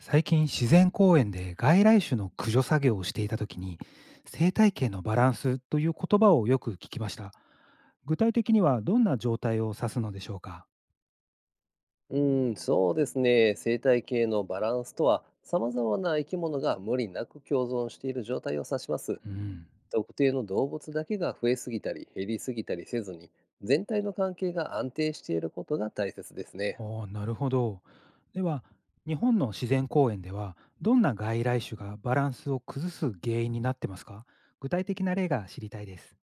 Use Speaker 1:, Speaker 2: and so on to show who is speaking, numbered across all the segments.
Speaker 1: 最近自然公園で外来種の駆除作業をしていた時に、生態系のバランスという言葉をよく聞きました。具体的にはどんな状態を指すのでしょうか？
Speaker 2: うん、そうですね。生態系のバランスとは、様々な生き物が無理なく共存している状態を指します。
Speaker 1: うん。
Speaker 2: 特定の動物だけが増えすぎたり減りすぎたりせずに、全体の関係が安定していることが大切ですね。
Speaker 1: おー、なるほど。では、日本の自然公園では、どんな外来種がバランスを崩す原因になってますか？具体的な例が知りたいです。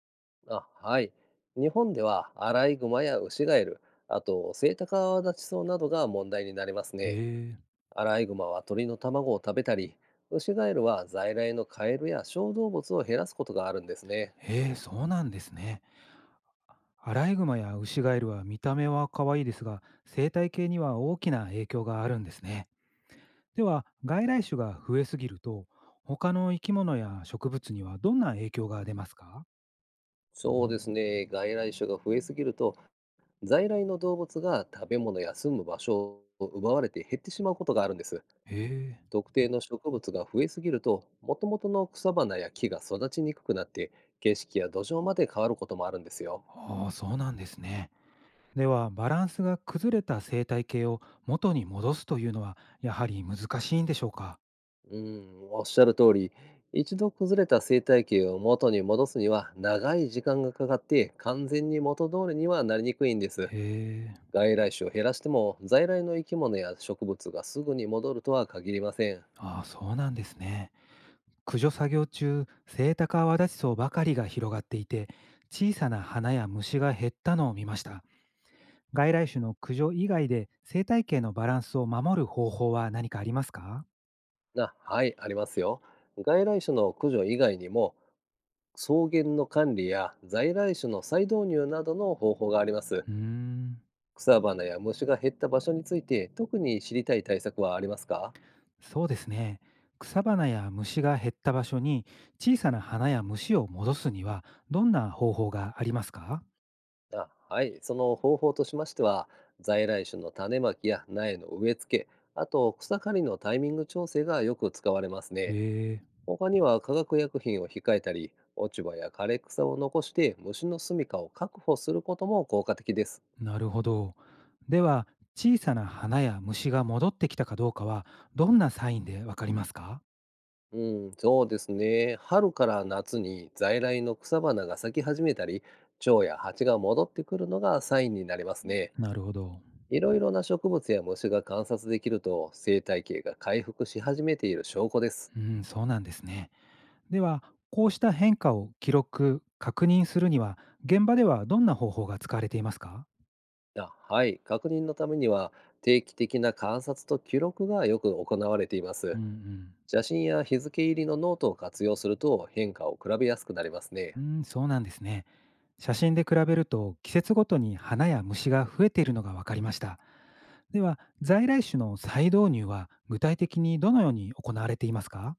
Speaker 2: あ、はい。日本ではアライグマやウシガエル、あとセイタカアワダチソウなどが問題になります
Speaker 1: へ
Speaker 2: ね。
Speaker 1: え。
Speaker 2: アライグマは鳥の卵を食べたり、ウシガエルは在来のカエルや小動物を減らすことがあるんですね。
Speaker 1: へえ、そうなんですね。アライグマやウシガエルは見た目は可愛いですが、生態系には大きな影響があるんですね。では、外来種が増えすぎると、他の生き物や植物にはどんな影響が出ますか？
Speaker 2: そうですね。外来種が増えすぎると、在来の動物が食べ物や住む場所を奪われて減ってしまうことがあるんです。
Speaker 1: へえ。
Speaker 2: 特定の植物が増えすぎると、元々の草花や木が育ちにくくなって、景色や土壌まで変わることもあるんですよ。
Speaker 1: ああ、そうなんですね。では、バランスが崩れた生態系を元に戻すというのは、やはり難しいんでしょうか？
Speaker 2: うん、おっしゃる通り、一度崩れた生態系を元に戻すには長い時間がかかって完全に元通りにはなりにくいんで
Speaker 1: へ
Speaker 2: す。
Speaker 1: え。
Speaker 2: 外来種を減らしても在来の生き物や植物がすぐに戻るとは限りません。
Speaker 1: ああ、そうなんですね。駆除作業中、セイタカアワダチソウばかりが広がっていて、小さな花や虫が減ったのを見ました。外来種の駆除以外で生態系のバランスを守る方法は何かありますか？
Speaker 2: あ、はい、ありますよ。外来種の駆除以外にも、草原の管理や在来種の再導入などの方法があります。
Speaker 1: うーん、
Speaker 2: 草花や虫が減った場所について、特に知りたい対策はありますか？
Speaker 1: そうですね。草花や虫が減った場所に小さな花や虫を戻すには、どんな方法がありますか？
Speaker 2: あ、はい、その方法としましては、在来種の種まきや苗の植え付け、あと草刈りのタイミング調整がよく使われますね。
Speaker 1: え
Speaker 2: 他には化学薬品を控えたり、落ち葉や枯れ草を残して虫の住処を確保することも効果的です。
Speaker 1: え、なるほど。では、小さな花や虫が戻ってきたかどうかは、どんなサインでわかりますか？
Speaker 2: うん、そうですね。春から夏に在来の草花が咲き始めたり、蝶や蜂が戻ってくるのがサインになりますね。
Speaker 1: なるほど。
Speaker 2: いろいろな植物や虫が観察できると、生態系が回復し始めている証拠です。
Speaker 1: うん、そうなんですね。では、こうした変化を記録、確認するには、現場ではどんな方法が使われていますか？
Speaker 2: あ、はい、確認のためには定期的な観察と記録がよく行われていま
Speaker 1: う
Speaker 2: す。
Speaker 1: ん
Speaker 2: 写真や日付入りのノートを活用すると変化を比べやすくなりますね。
Speaker 1: うん。うん、そうなんですね。写真で比べると季節ごとに花や虫が増えているのが分かりました。では、在来種の再導入は具体的にどのように行われていますか？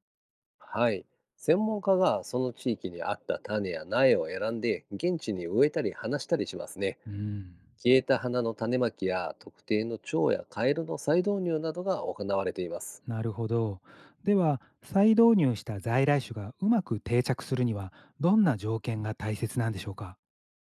Speaker 2: はい。専門家がその地域に合った種や苗を選んで現地に植えたり放したりしますね。
Speaker 1: うん。
Speaker 2: 消えた花の種まきや特定の蝶やカエルの再導入などが行われています。
Speaker 1: なるほど。では、再導入した在来種がうまく定着するには、どんな条件が大切なんでしょうか？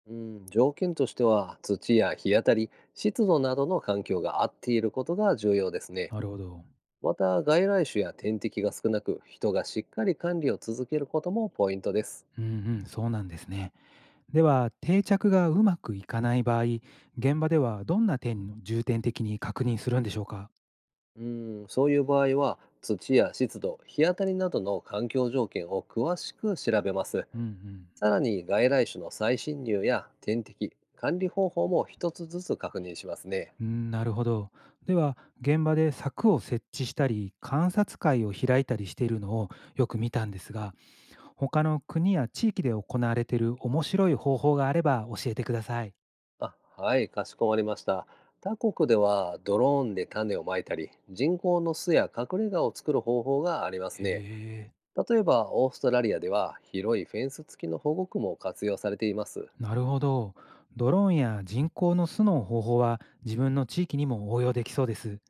Speaker 2: うん、条件としては土や日当たり、湿度などの環境が合っていることが重要ですね。
Speaker 1: なるほど。
Speaker 2: また外来種や天敵が少なく人がしっかり管理を続けることもポイントです。
Speaker 1: うんうん、そうなんですね。では、定着がうまくいかない場合、現場ではどんな点を重点的に確認するんでしょうか？
Speaker 2: うん、そういう場合は土や湿度、日当たりなどの環境条件を詳しく調べます。
Speaker 1: うんうん。
Speaker 2: さらに外来種の再侵入や天敵、管理方法も一つずつ確認しますね。
Speaker 1: うん、なるほど。では、現場で柵を設置したり、観察会を開いたりしているのをよく見たんですが、他の国や地域で行われている面白い方法があれば教えてください。
Speaker 2: あ、はい、かしこまりました。他国ではドローンで種をまいたり、人工の巣や隠れ家を作る方法があります
Speaker 1: へ
Speaker 2: ね。
Speaker 1: え、
Speaker 2: 例えばオーストラリアでは広いフェンス付きの保護区も活用されています。
Speaker 1: なるほど。ドローンや人工の巣の方法は自分の地域にも応用できそうです。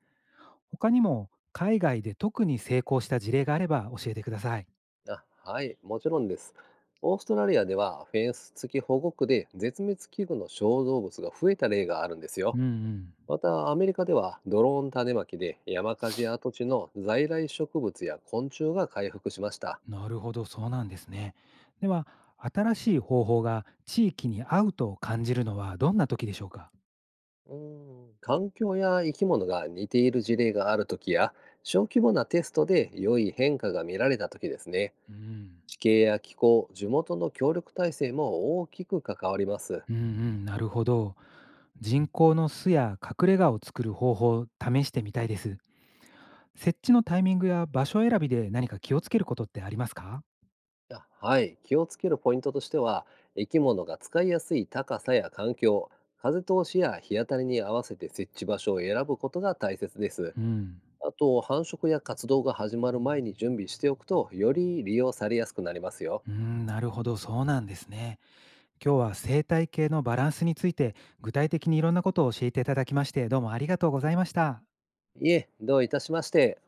Speaker 1: 他にも海外で特に成功した事例があれば教えてください。
Speaker 2: あ、はい、もちろんです。オーストラリアではフェンス付き保護区で絶滅危惧の小動物が増えた例があるんです
Speaker 1: う
Speaker 2: よ。
Speaker 1: んうん。
Speaker 2: またアメリカではドローン種まきで山火事跡地の在来植物や昆虫が回復しました。
Speaker 1: なるほど、そうなんですね。では、新しい方法が地域に合うと感じるのはどんな時でしょうか？
Speaker 2: うー環境や生き物が似ている事例がある時や小規模なテストで良い変化が見られた時ですね。
Speaker 1: うん。
Speaker 2: 地形や気候、地元の協力体制も大きく関わります。
Speaker 1: うんうん、なるほど。人工の巣や隠れ家を作る方法を試してみたいです。設置のタイミングや場所選びで何か気をつけることってありますか？
Speaker 2: あ、はい、気をつけるポイントとしては、生き物が使いやすい高さや環境、風通しや日当たりに合わせて設置場所を選ぶことが大切です。
Speaker 1: うん。
Speaker 2: あと、繁殖や活動が始まる前に準備しておくと、より利用されやすくなりますよ。
Speaker 1: うん、なるほど、そうなんですね。今日は生態系のバランスについて具体的にいろんなことを教えていただきまして、どうもありがとうございました。
Speaker 2: いえ、どういたしまして。